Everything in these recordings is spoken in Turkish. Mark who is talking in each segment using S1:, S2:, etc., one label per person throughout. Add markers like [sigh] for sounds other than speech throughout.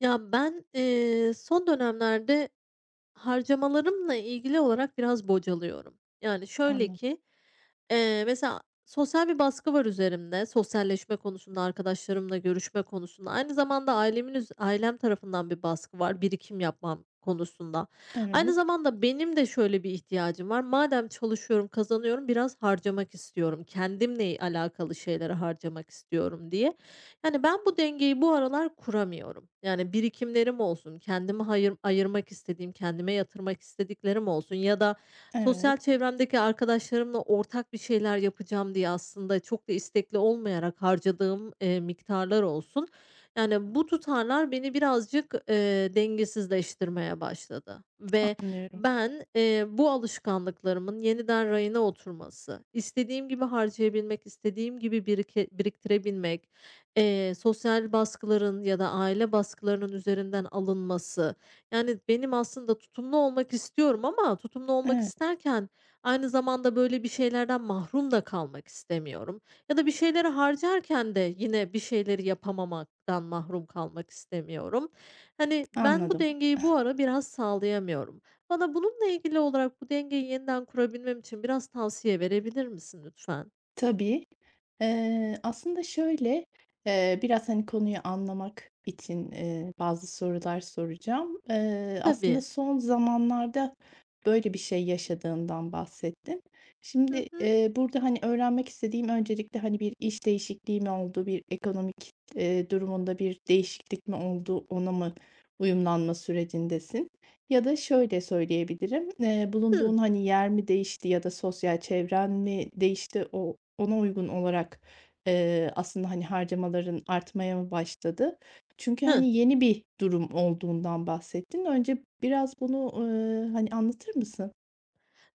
S1: Ya, ben, son dönemlerde harcamalarımla ilgili olarak biraz bocalıyorum. Yani şöyle
S2: Anladım.
S1: ki, mesela sosyal bir baskı var üzerimde, sosyalleşme konusunda, arkadaşlarımla görüşme konusunda. Aynı zamanda ailem tarafından bir baskı var, birikim yapmam konusunda. Aynı
S2: Evet,
S1: zamanda benim de şöyle bir ihtiyacım var. Madem çalışıyorum, kazanıyorum, biraz harcamak istiyorum. Kendimle alakalı şeylere harcamak istiyorum diye. Yani ben bu dengeyi bu aralar kuramıyorum. Yani birikimlerim olsun, kendime hayır ayırmak istediğim, kendime yatırmak istediklerim olsun ya da sosyal
S2: evet,
S1: çevremdeki arkadaşlarımla ortak bir şeyler yapacağım diye aslında çok da istekli olmayarak harcadığım, miktarlar olsun. Yani, bu tutarlar beni birazcık, dengesizleştirmeye başladı ve
S2: anlıyorum.
S1: ben, bu alışkanlıklarımın yeniden rayına oturması, istediğim gibi harcayabilmek, istediğim gibi biriktirebilmek, sosyal baskıların ya da aile baskılarının üzerinden alınması, yani, benim aslında tutumlu olmak istiyorum ama tutumlu olmak
S2: Evet,
S1: isterken aynı zamanda, böyle, bir şeylerden mahrum da kalmak istemiyorum ya da bir şeyleri harcarken de yine bir şeyleri yapamamaktan mahrum kalmak istemiyorum. Hani, ben bu
S2: anladım.
S1: dengeyi bu ara biraz sağlayamıyorum. Bana bununla ilgili olarak bu dengeyi yeniden kurabilmem için biraz tavsiye verebilir misin lütfen?
S2: Tabii. Aslında şöyle, biraz, hani, konuyu anlamak için, bazı sorular soracağım. Aslında
S1: Tabii.
S2: son zamanlarda böyle bir şey yaşadığından bahsettin.
S1: Hı
S2: Şimdi,
S1: hı.
S2: burada, hani, öğrenmek istediğim öncelikle, hani, bir iş değişikliği mi oldu, bir ekonomik, durumunda bir değişiklik mi oldu, ona mı uyumlanma sürecindesin? Ya da şöyle söyleyebilirim,
S1: Hı.
S2: bulunduğun, hani, yer mi değişti ya da sosyal çevren mi değişti? Ona uygun olarak, aslında, hani, harcamaların artmaya mı başladı? Çünkü,
S1: Hı.
S2: hani, yeni bir durum olduğundan bahsettin. Önce biraz bunu, hani, anlatır mısın?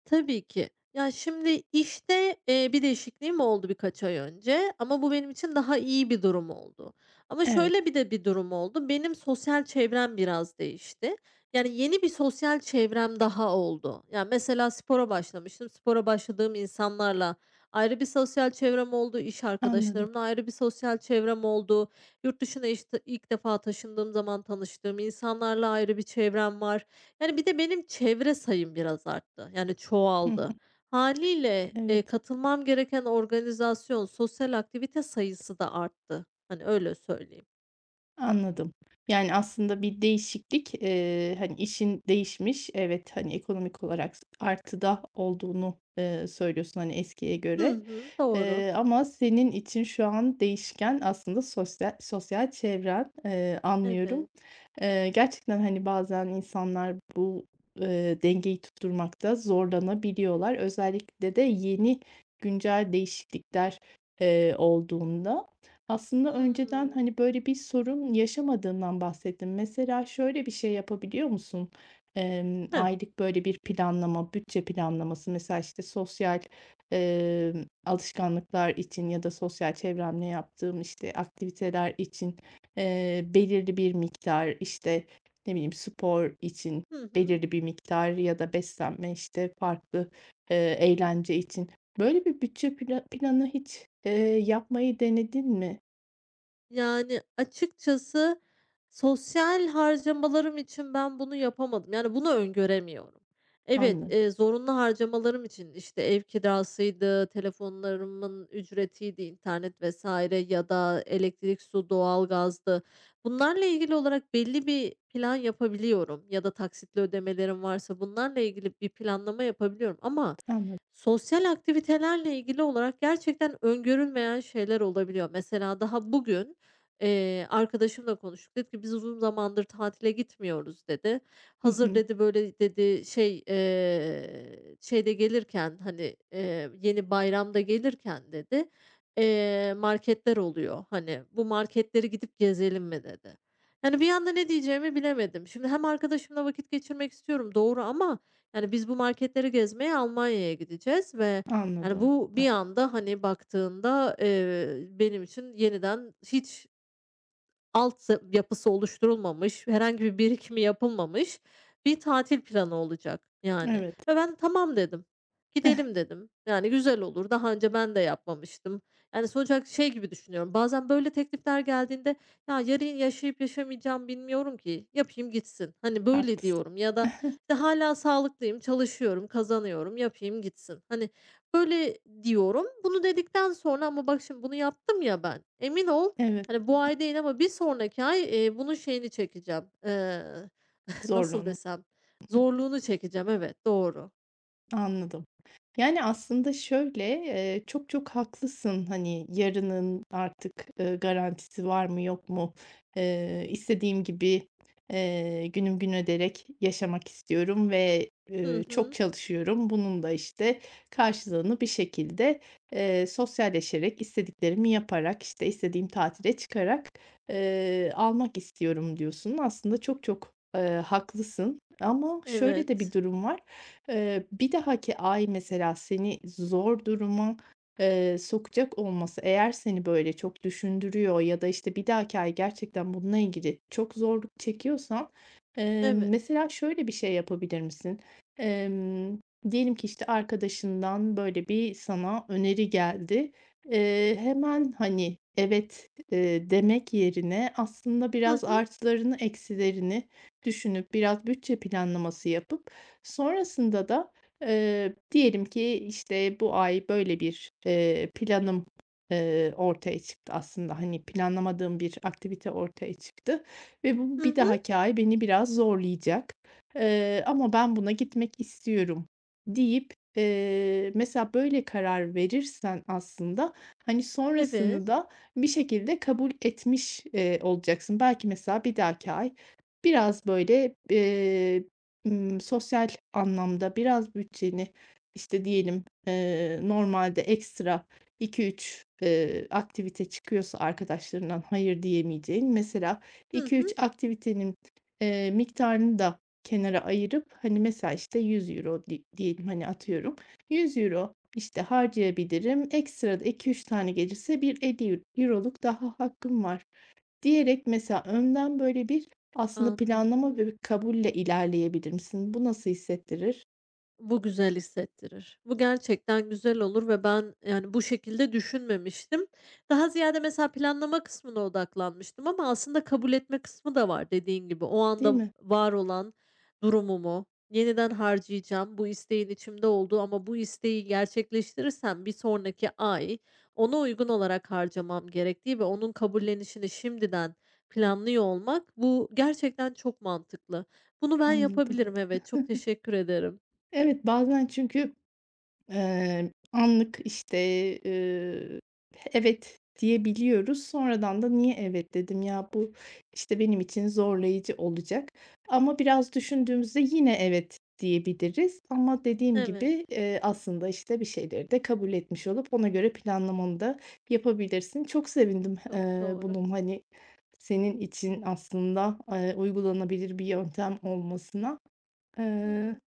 S1: Tabii ki. Ya, şimdi işte, bir değişikliğim oldu birkaç ay önce ama bu benim için daha iyi bir durum oldu. Ama
S2: Evet,
S1: şöyle bir de bir durum oldu. Benim sosyal çevrem biraz değişti. Yani yeni bir sosyal çevrem daha oldu. Ya, mesela spora başlamıştım. Spora başladığım insanlarla ayrı bir sosyal çevrem oldu. İş
S2: anladım.
S1: arkadaşlarımla ayrı bir sosyal çevrem oldu. Yurt dışına işte ilk defa taşındığım zaman tanıştığım insanlarla ayrı bir çevrem var. Yani, bir de benim çevre sayım biraz arttı, yani,
S2: Hı hı,
S1: çoğaldı. Haliyle
S2: evet.
S1: katılmam gereken organizasyon, sosyal aktivite sayısı da arttı. Hani, öyle söyleyeyim.
S2: Anladım. Yani, aslında bir değişiklik, hani, işin değişmiş. Evet, hani, ekonomik olarak artıda olduğunu, söylüyorsun, hani, eskiye
S1: Hı
S2: göre.
S1: hı, doğru.
S2: Ama senin için şu an değişken aslında sosyal çevren. Anlıyorum.
S1: Evet.
S2: Gerçekten, hani, bazen insanlar bu, dengeyi tutturmakta zorlanabiliyorlar. Özellikle de yeni güncel değişiklikler, olduğunda. Aslında önceden,
S1: Hımm.
S2: hani, böyle bir sorun yaşamadığından bahsettin. Mesela şöyle bir şey yapabiliyor musun?
S1: Heh.
S2: Aylık böyle bir planlama, bütçe planlaması, mesela, işte, sosyal, alışkanlıklar için ya da sosyal çevremle yaptığım, işte, aktiviteler için, belirli bir miktar, işte, ne bileyim, spor için
S1: Hı hı.
S2: belirli bir miktar ya da beslenme, işte, farklı, eğlence için. Böyle bir bütçe planı hiç, yapmayı denedin mi?
S1: Yani, açıkçası sosyal harcamalarım için ben bunu yapamadım. Yani, bunu öngöremiyorum. Evet,
S2: Anladım,
S1: zorunlu harcamalarım için, işte, ev kirasıydı, telefonlarımın ücretiydi, internet vesaire ya da elektrik, su, doğalgazdı. Bunlarla ilgili olarak belli bir plan yapabiliyorum ya da taksitli ödemelerim varsa bunlarla ilgili bir planlama yapabiliyorum ama
S2: anladım.
S1: sosyal aktivitelerle ilgili olarak gerçekten öngörülmeyen şeyler olabiliyor. Mesela daha bugün arkadaşımla konuştuk. Dedi ki, "Biz uzun zamandır tatile gitmiyoruz," dedi.
S2: Hı
S1: "Hazır,"
S2: hı,
S1: dedi, böyle, dedi, şey, şeyde gelirken, hani, yeni bayramda gelirken dedi, marketler oluyor. Hani, "Bu marketleri gidip gezelim mi?" dedi. Yani, bir anda ne diyeceğimi bilemedim. Şimdi hem arkadaşımla vakit geçirmek istiyorum, doğru ama, yani, biz bu marketleri gezmeye Almanya'ya gideceğiz ve, yani,
S2: anladım.
S1: bu bir anda, hani, baktığında, benim için yeniden hiç alt yapısı oluşturulmamış, herhangi bir birikimi yapılmamış bir tatil planı olacak, yani.
S2: Evet,
S1: Ve ben "Tamam," dedim. "Gidelim," dedim. Yani, "Güzel olur." Daha önce ben de yapmamıştım. Yani, sonuç olarak şey gibi düşünüyorum, bazen böyle teklifler geldiğinde, "Ya, yarın yaşayıp yaşamayacağım bilmiyorum ki, yapayım gitsin." Hani, böyle
S2: haklısın.
S1: diyorum ya da, işte, "Hâlâ sağlıklıyım, çalışıyorum, kazanıyorum, yapayım gitsin." Hani, böyle diyorum. Bunu dedikten sonra ama bak şimdi bunu yaptım ya ben, emin ol,
S2: Evet,
S1: hani, bu ay değil ama bir sonraki ay, bunun şeyini çekeceğim, [laughs] nasıl
S2: zorluğunu.
S1: desem, zorluğunu çekeceğim. Evet, doğru.
S2: Anladım. Yani, aslında şöyle, çok çok haklısın. Hani, yarının artık, garantisi var mı yok mu? İstediğim gibi, günüm gün öderek yaşamak istiyorum ve,
S1: Hı
S2: çok
S1: hı.
S2: çalışıyorum. Bunun da, işte, karşılığını bir şekilde, sosyalleşerek, istediklerimi yaparak, işte, istediğim tatile çıkarak, almak istiyorum diyorsun. Aslında çok çok, haklısın ama şöyle de bir
S1: Evet.
S2: durum var. Bir dahaki ay mesela seni zor duruma, sokacak olması eğer seni böyle çok düşündürüyor ya da, işte, bir dahaki ay gerçekten bununla ilgili çok zorluk çekiyorsan,
S1: Evet.
S2: mesela şöyle bir şey yapabilir misin? Emm, diyelim ki, işte, arkadaşından böyle bir sana öneri geldi. Hemen, hani, evet, demek yerine aslında
S1: Hı
S2: biraz
S1: hı.
S2: artılarını eksilerini düşünüp biraz bütçe planlaması yapıp sonrasında da, diyelim ki, işte, bu ay böyle bir, planım, ortaya çıktı aslında. Hani, planlamadığım bir aktivite ortaya çıktı ve bu
S1: Hı
S2: bir
S1: hı.
S2: dahaki ay beni biraz zorlayacak, ama ben buna gitmek istiyorum deyip, mesela böyle karar verirsen aslında, hani,
S1: Evet.
S2: sonrasını da bir şekilde kabul etmiş, olacaksın. Belki mesela bir dahaki ay biraz böyle, sosyal anlamda biraz bütçeni, işte, diyelim, normalde ekstra 2-3, aktivite çıkıyorsa arkadaşlarından hayır diyemeyeceğin, mesela
S1: Hı hı.
S2: 2-3 aktivitenin, miktarını da kenara ayırıp, hani, mesela, işte, €100 diyelim, hani, atıyorum, 100 euro işte, harcayabilirim. Ekstra da 2-3 tane gelirse bir 50 euroluk daha hakkım var. Diyerek mesela önden böyle bir aslında planlama ve
S1: Anladım.
S2: bir kabulle ilerleyebilir misin? Bu nasıl hissettirir?
S1: Bu güzel hissettirir. Bu gerçekten güzel olur ve ben, yani, bu şekilde düşünmemiştim. Daha ziyade mesela planlama kısmına odaklanmıştım ama aslında kabul etme kısmı da var dediğin gibi. O
S2: Değil
S1: anda
S2: mi?
S1: var olan durumumu yeniden harcayacağım. Bu isteğin içimde olduğu ama bu isteği gerçekleştirirsem bir sonraki ay ona uygun olarak harcamam gerektiği ve onun kabullenişini şimdiden planlıyor olmak, bu gerçekten çok mantıklı. Bunu ben
S2: Anladım.
S1: yapabilirim, evet. Çok teşekkür ederim.
S2: Evet, bazen çünkü anlık, işte, eee, "Evet." diyebiliyoruz. Sonradan da "Niye evet dedim ya? Bu, işte, benim için zorlayıcı olacak." Ama biraz düşündüğümüzde yine "Evet." diyebiliriz ama dediğim
S1: Evet,
S2: gibi, aslında, işte, bir şeyleri de kabul etmiş olup ona göre planlamanı da yapabilirsin. Çok sevindim,
S1: çok doğru.
S2: bunun, hani, senin için aslında, uygulanabilir bir yöntem olmasına.
S1: Hımm,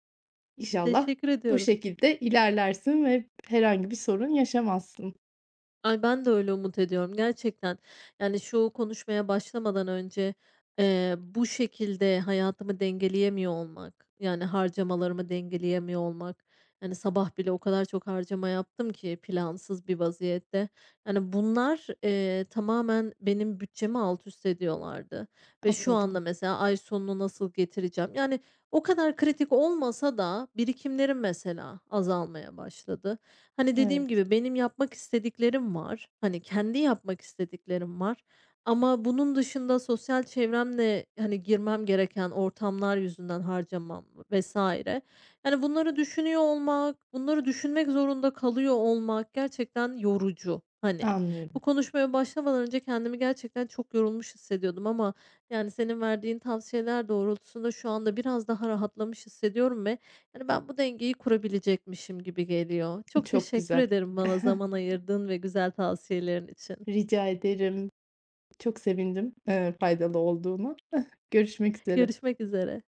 S2: İnşallah
S1: teşekkür
S2: bu
S1: ediyorum.
S2: şekilde ilerlersin ve herhangi bir sorun yaşamazsın.
S1: Ay, ben de öyle umut ediyorum gerçekten. Yani, şu konuşmaya başlamadan önce, bu şekilde hayatımı dengeleyemiyor olmak, yani, harcamalarımı dengeleyemiyor olmak, yani, sabah bile o kadar çok harcama yaptım ki plansız bir vaziyette. Yani, bunlar, tamamen benim bütçemi alt üst ediyorlardı ve şu
S2: Anladım.
S1: anda mesela ay sonunu nasıl getireceğim? Yani, o kadar kritik olmasa da birikimlerim mesela azalmaya başladı. Hani, dediğim
S2: Evet,
S1: gibi benim yapmak istediklerim var. Hani, kendi yapmak istediklerim var ama bunun dışında sosyal çevremle, hani, girmem gereken ortamlar yüzünden harcamam vesaire. Yani, bunları düşünüyor olmak, bunları düşünmek zorunda kalıyor olmak gerçekten yorucu. Hani, bu
S2: anlıyorum.
S1: konuşmaya başlamadan önce kendimi gerçekten çok yorulmuş hissediyordum ama yani, senin verdiğin tavsiyeler doğrultusunda şu anda biraz daha rahatlamış hissediyorum ve, yani ben bu dengeyi kurabilecekmişim gibi geliyor. Çok
S2: Çok
S1: teşekkür
S2: güzel.
S1: ederim bana zaman ayırdığın ve güzel tavsiyelerin için.
S2: Rica ederim. Çok sevindim, faydalı olduğuna. [laughs] Görüşmek üzere.
S1: Görüşmek üzere.